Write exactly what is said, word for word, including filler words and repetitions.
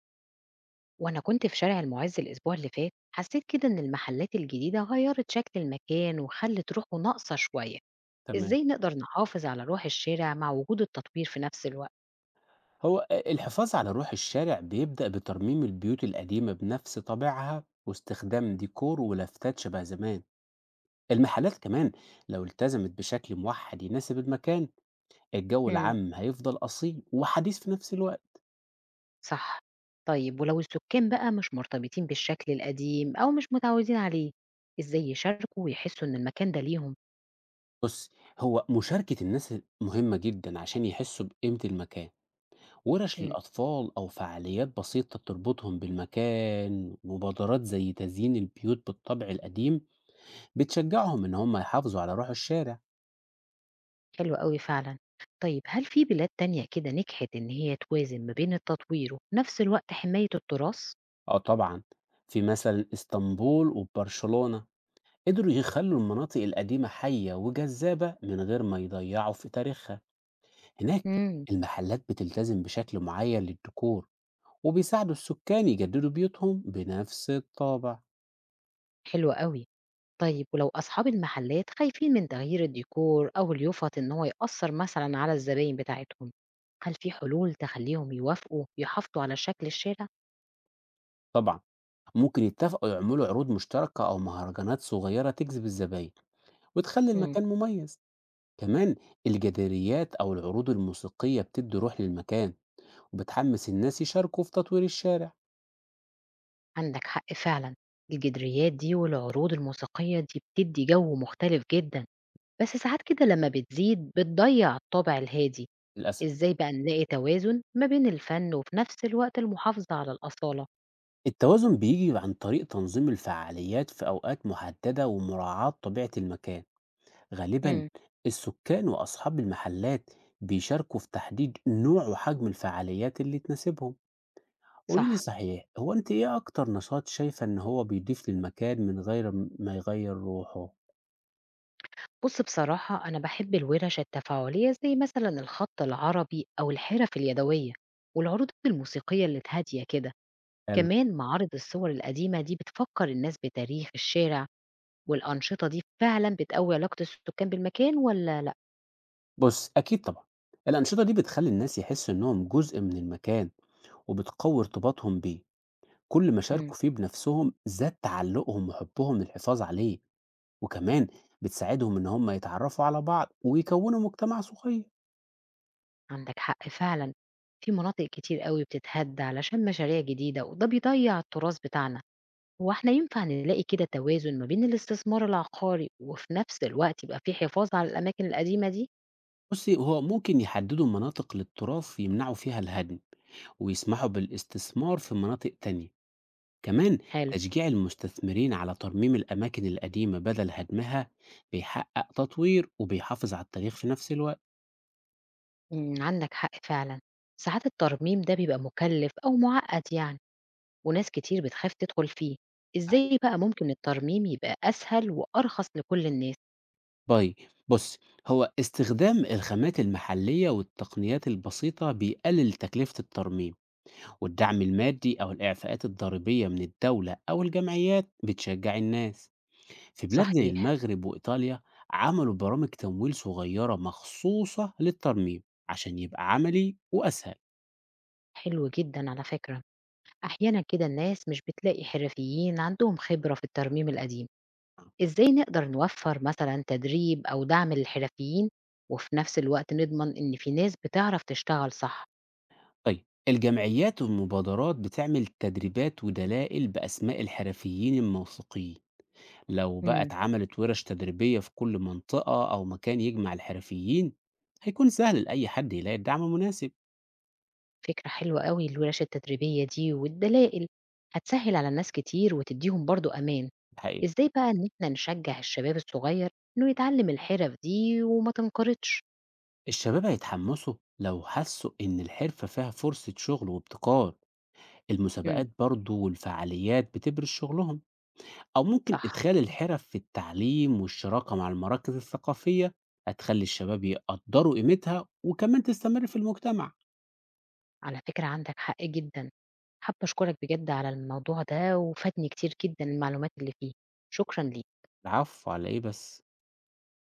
وأنا كنت في شارع المعز الأسبوع اللي فات، حسيت كده إن المحلات الجديدة غيرت شكل المكان وخلت روحه ناقصة شوية. تمام. إزاي نقدر نحافظ على روح الشارع مع وجود التطوير في نفس الوقت؟ هو أ الحفاظ على روح الشارع بيبدأ بترميم البيوت القديمة بنفس طابعها واستخدام ديكور ولافتات شبه زمان. المحلات كمان، لو التزمت بشكل موحد يناسب المكان، الجو مم. العام هيفضل أصيل وحديث في نفس الوقت. صح. طيب، ولو السكان بقى مش مرتبطين بالشكل القديم أو مش متعودين عليه، إزاي يشاركوا ويحسوا إن المكان ده ليهم؟ بص، هو مشاركة الناس مهمة جدا عشان يحسوا بقيمة المكان. ورش مم. للأطفال أو فعاليات بسيطة تربطهم بالمكان، مبادرات زي تزيين البيوت بالطابع القديم بتشجعهم إن هم يحافظوا على روح الشارع. حلو قوي فعلا. طيب، هل في بلاد تانية كده نجحت إن هي توازن ما بين التطوير وفي نفس الوقت حماية التراث؟ اه طبعا، في مثلا اسطنبول وبرشلونة قدروا يخلوا المناطق القديمة حية وجذابة من غير ما يضيعوا في تاريخها. هناك امم. المحلات بتلتزم بشكل معين للديكور، وبيساعدوا السكان يجددوا بيوتهم بنفس الطابع. حلو قوي. طيب، ولو أصحاب المحلات خايفين من تغيير الديكور أو اليوفط إن هو يأثر مثلا على الزباين بتاعتهم، هل في حلول تخليهم يوافقوا يحافظوا على شكل الشارع؟ طبعا ممكن يتفقوا يعملوا عروض مشتركة أو مهرجانات صغيرة تجذب الزباين وتخلي مم. المكان مميز. كمان الجداريات أو العروض الموسيقية بتدي روح للمكان، وبتحمس الناس يشاركوا في تطوير الشارع. عندك حق فعلا. الجدريات دي والعروض الموسيقية دي بتدي جو مختلف جدا، بس ساعات كده لما بتزيد بتضيع الطابع الهادي. للأسف. ازاي بقى نلاقي توازن ما بين الفن وفي نفس الوقت المحافظة على الأصالة؟ التوازن بيجي عن طريق تنظيم الفعاليات في أوقات محددة ومراعاة طبيعة المكان، غالبًا مم. السكان وأصحاب المحلات بيشاركوا في تحديد نوع وحجم الفعاليات اللي تناسبهم، قولي لي صح. صحيح، هو أنت إيه أكتر نشاط شايفة إن هو بيضيف للمكان من غير ما يغير روحه؟ بص، بصراحة أنا بحب الورش التفاعلية زي مثلا الخط العربي أو الحرف اليدوية، والعروض الموسيقية اللي هادية كده. حلو، كمان معارض الصور القديمة دي بتفكر الناس بتاريخ الشارع. والأنشطة دي فعلا بتقوي علاقة السكان بالمكان ولا لأ؟ بُص أكيد طبعًا، الأنشطة دي بتخلّي الناس يحسوا إنهم جزء من المكان وبتقوي ارتباطهم بيه، كل ما مم. شاركوا فيه بنفسهم زاد تعلقهم وحبهم للحفاظ عليه. وكمان بتساعدهم إن هم يتعرفوا على بعض ويكونوا مجتمع صغير. عندك حق فعلا. في مناطق كتير قوي بتتهد علشان مشاريع جديدة وده بيضيع التراث بتاعنا. هو احنا ينفع نلاقي كده توازن ما بين الاستثمار العقاري وفي نفس الوقت يبقى في حفاظ على الأماكن القديمة دي؟ بصي، هو ممكن يحددوا مناطق للتراث يمنعوا فيها الهدم ويسمحوا بالاستثمار في مناطق تانية. كمان حلو. تشجيع المستثمرين على ترميم الأماكن القديمة بدل هدمها بيحقق تطوير وبيحافظ على التاريخ في نفس الوقت. إمم، عندك حق فعلًا. ساعات الترميم ده بيبقى مُكلّف أو مُعقّد يعني، وناس كتير بتخاف تدخل فيه. صحيح. إزاي بقى ممكن الترميم يبقى أسهل وأرخص لكل الناس؟ باي. بص، هو استخدام الخامات المحلية والتقنيات البسيطة بيقلل تكلفة الترميم، والدعم المادي أو الإعفاءات الضريبية من الدولة أو الجمعيات بتشجع الناس. في بلاد زي صحيح. المغرب وإيطاليا عملوا برامج تمويل صغيرة مخصوصة للترميم عشان يبقى عملي وأسهل. حلو جدًا على فكرة. أحيانًا كده الناس مش بتلاقي حرفيين عندهم خبرة في الترميم القديم. إزاي نقدر نوفّر مثلًا تدريب أو دعم للحرفيين، وفي نفس الوقت نضمن إن في ناس بتعرف تشتغل صح؟ طيب، الجمعيات والمبادرات بتعمل تدريبات ودلائل بأسماء الحرفيين الموثوقين. لو بقى إمم. اتعملت ورش تدريبية في كل منطقة أو مكان يجمع الحرفيين، هيكون سهل لأي حد يلاقي الدعم المناسب. فكرة حلوة أوي الورش التدريبية دي والدلائل، هتسهِّل على ناس كتير وتدّيهم برضه أمان. الحقيقة، إزاي بقى إن إحنا نشجّع الشباب الصغير إنه يتعلّم الحِرَف دي وما تنقرضش؟ الشباب هيتحمسوا لو حسوا إن الحرفة فيها فرصة شغل وابتكار. إمم، المسابقات برضو والفعاليات بتبرز شغلهم، أو ممكن صح. إدخال الحرف في التعليم والشراكة مع المراكز الثقافية، هتخلي الشباب يقدروا قيمتها وكمان تستمر في المجتمع. على فكرة عندك حق جدًا. حابة أشكرك بجد على الموضوع ده، وفادني كتير جدًا المعلومات اللي فيه. شكرًا ليك. العفو، على إيه بس؟